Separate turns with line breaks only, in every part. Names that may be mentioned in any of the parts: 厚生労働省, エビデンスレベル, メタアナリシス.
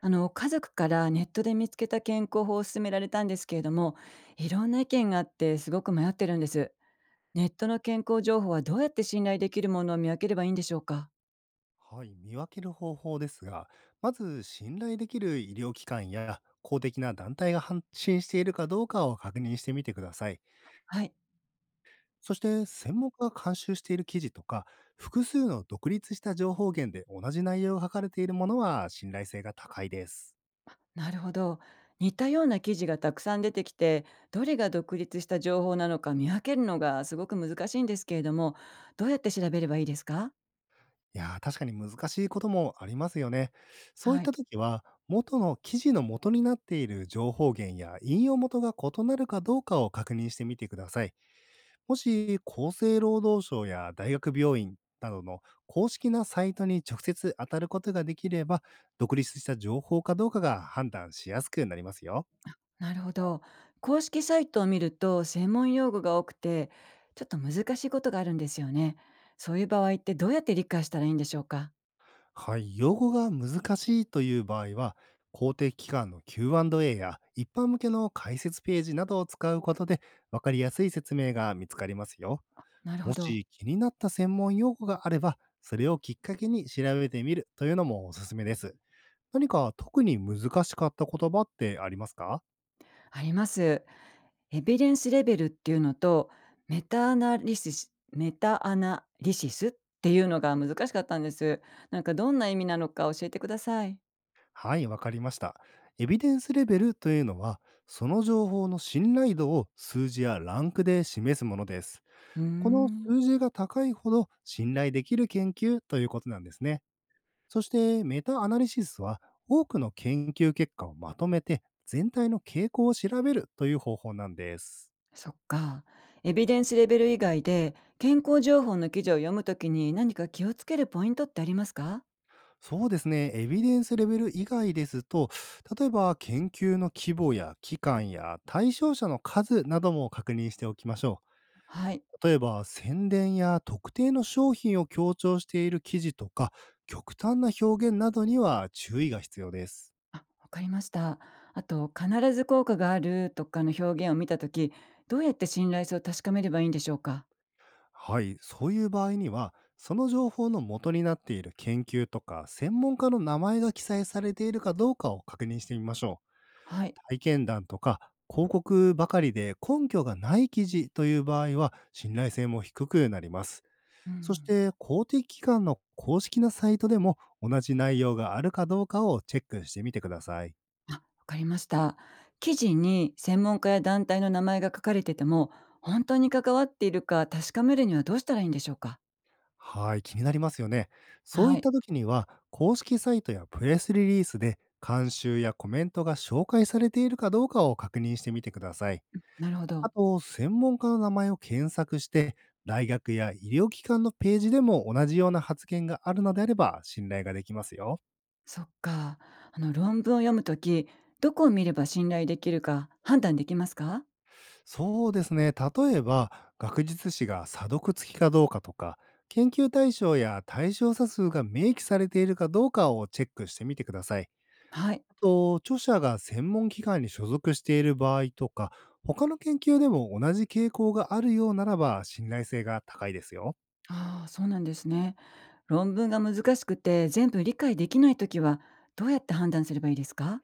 あの家族からネットで見つけた健康法を勧められたんですけれども、いろんな意見があってすごく迷ってるんです。ネットの健康情報はどうやって信頼できるものを見分ければいいんでしょうか？
はい、見分ける方法ですが、まず信頼できる医療機関や公的な団体が発信しているかどうかを確認してみてください。
はい。
そして専門家が監修している記事とか、複数の独立した情報源で同じ内容が書かれているものは信頼性が高いです。
なるほど。似たような記事がたくさん出てきて、どれが独立した情報なのか見分けるのがすごく難しいんですけれども、どうやって調べればいいですか？
いやー、確かに難しいこともありますよね。そうい
は
っ
い。
た時は、元の記事の元になっている情報源や引用元が異なるかどうかを確認してみてください。もし厚生労働省や大学病院などの公式なサイトに直接当たることができれば、独立した情報かどうかが判断しやすくなりますよ。
なるほど。公式サイトを見ると専門用語が多くて、ちょっと難しいことがあるんですよね。そういう場合ってどうやって理解したらいいんでしょうか？
はい、用語が難しいという場合は、公的機関の Q&A や一般向けの解説ページなどを使うことで分かりやすい説明が見つかりますよ。
なるほ
も
ど。
し気になった専門用語があれば、それをきっかけに調べてみるというのもおすすめです。何か特に難しかった言葉ってありますか？
あります。エビデンスレベルっていうのと、メタアナリシスていうのが難しかったんです。なんかどんな意味なのか教えてください。
はい、わかりました。エビデンスレベルというのは、その情報の信頼度を数字やランクで示すものです。
うー
この
ん。
数字が高いほど信頼できる研究ということなんですね。そしてメタアナリシスは、多くの研究結果をまとめて全体の傾向を調べるという方法なんです。
そっか。エビデンスレベル以外で健康情報の記事を読むときに何か気をつけるポイントってありますか？
そうですね。エビデンスレベル以外ですと、例えば研究の規模や期間や対象者の数なども確認しておきましょ
はい。
う。例えば宣伝や特定の商品を強調している記事とか、極端な表現などには注意が必要です。
あ、わかりました。あと、必ず効果があるとかの表現を見たとき、どうやって信頼性を確かめればいいんでしょうか？
はい、そういう場合には、その情報の元になっている研究とか、専門家の名前が記載されているかどうかを確認してみましょ
はい。
う。体験談とか広告ばかりで根拠がない記事という場合は、信頼性も低くなります。
う
そし
ん。
て公的機関の公式なサイトでも同じ内容があるかどうかをチェックしてみてください。
あ、わかりました。記事に専門家や団体の名前が書かれてても、本当に関わっているか確かめるにはどうしたらいいんでしょうか？
はい、気になりますよね。そうい
は
っ
い、
た時には、公式サイトやプレスリリースで監修やコメントが紹介されているかどうかを確認してみてください。
なるほ
あ
ど。
と、専門家の名前を検索して、大学や医療機関のページでも同じような発言があるのであれば、信頼ができますよ。
そっか。あの論文を読むとき、どこを見れば信頼できるか判断できますか？
そうですね。例えば、学術誌が査読付きかどうかとか、研究対象や対象者数が明記されているかどうかをチェックしてみてください。
はい。
あと、著者が専門機関に所属している場合とか、他の研究でも同じ傾向があるようならば、信頼性が高いですよ。
ああ、そうなんですね。論文が難しくて全部理解できないときは、どうやって判断すればいいですか？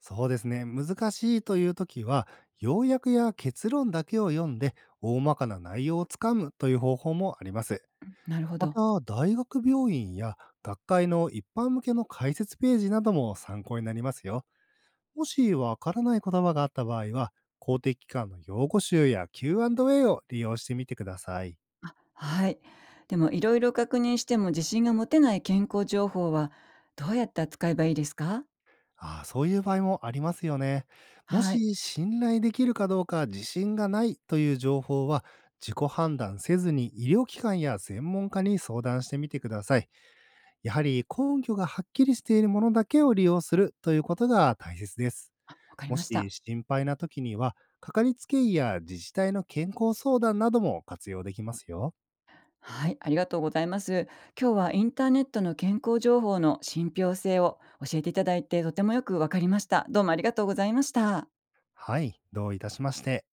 そうですね。難しいという時は、要約や結論だけを読んで、大まかな内容をつかむという方法もあります。
なるほ
ま
ど。
た、大学病院や学会の一般向けの解説ページなども参考になりますよ。もしわからない言葉があった場合は、公的機関の用語集や Q&A を利用してみてください。
はい。でも、いろいろ確認しても自信が持てない健康情報はどうやって扱えばいいですか？
ああ、そういう場合もありますよね。も
はい。
し信頼できるかどうか自信がないという情報は、自己判断せずに医療機関や専門家に相談してみてください。やはり根拠がはっきりしているものだけを利用するということが大切です。
わかり
も
まし
し
た。
心配な時には、かかりつけ医や自治体の健康相談なども活用できますよ。
はい、ありがとうございます。今日はインターネットの健康情報の信憑性を教えていただいて、とてもよくわかりました。どうもありがとうございました。
はい、どういたしまして。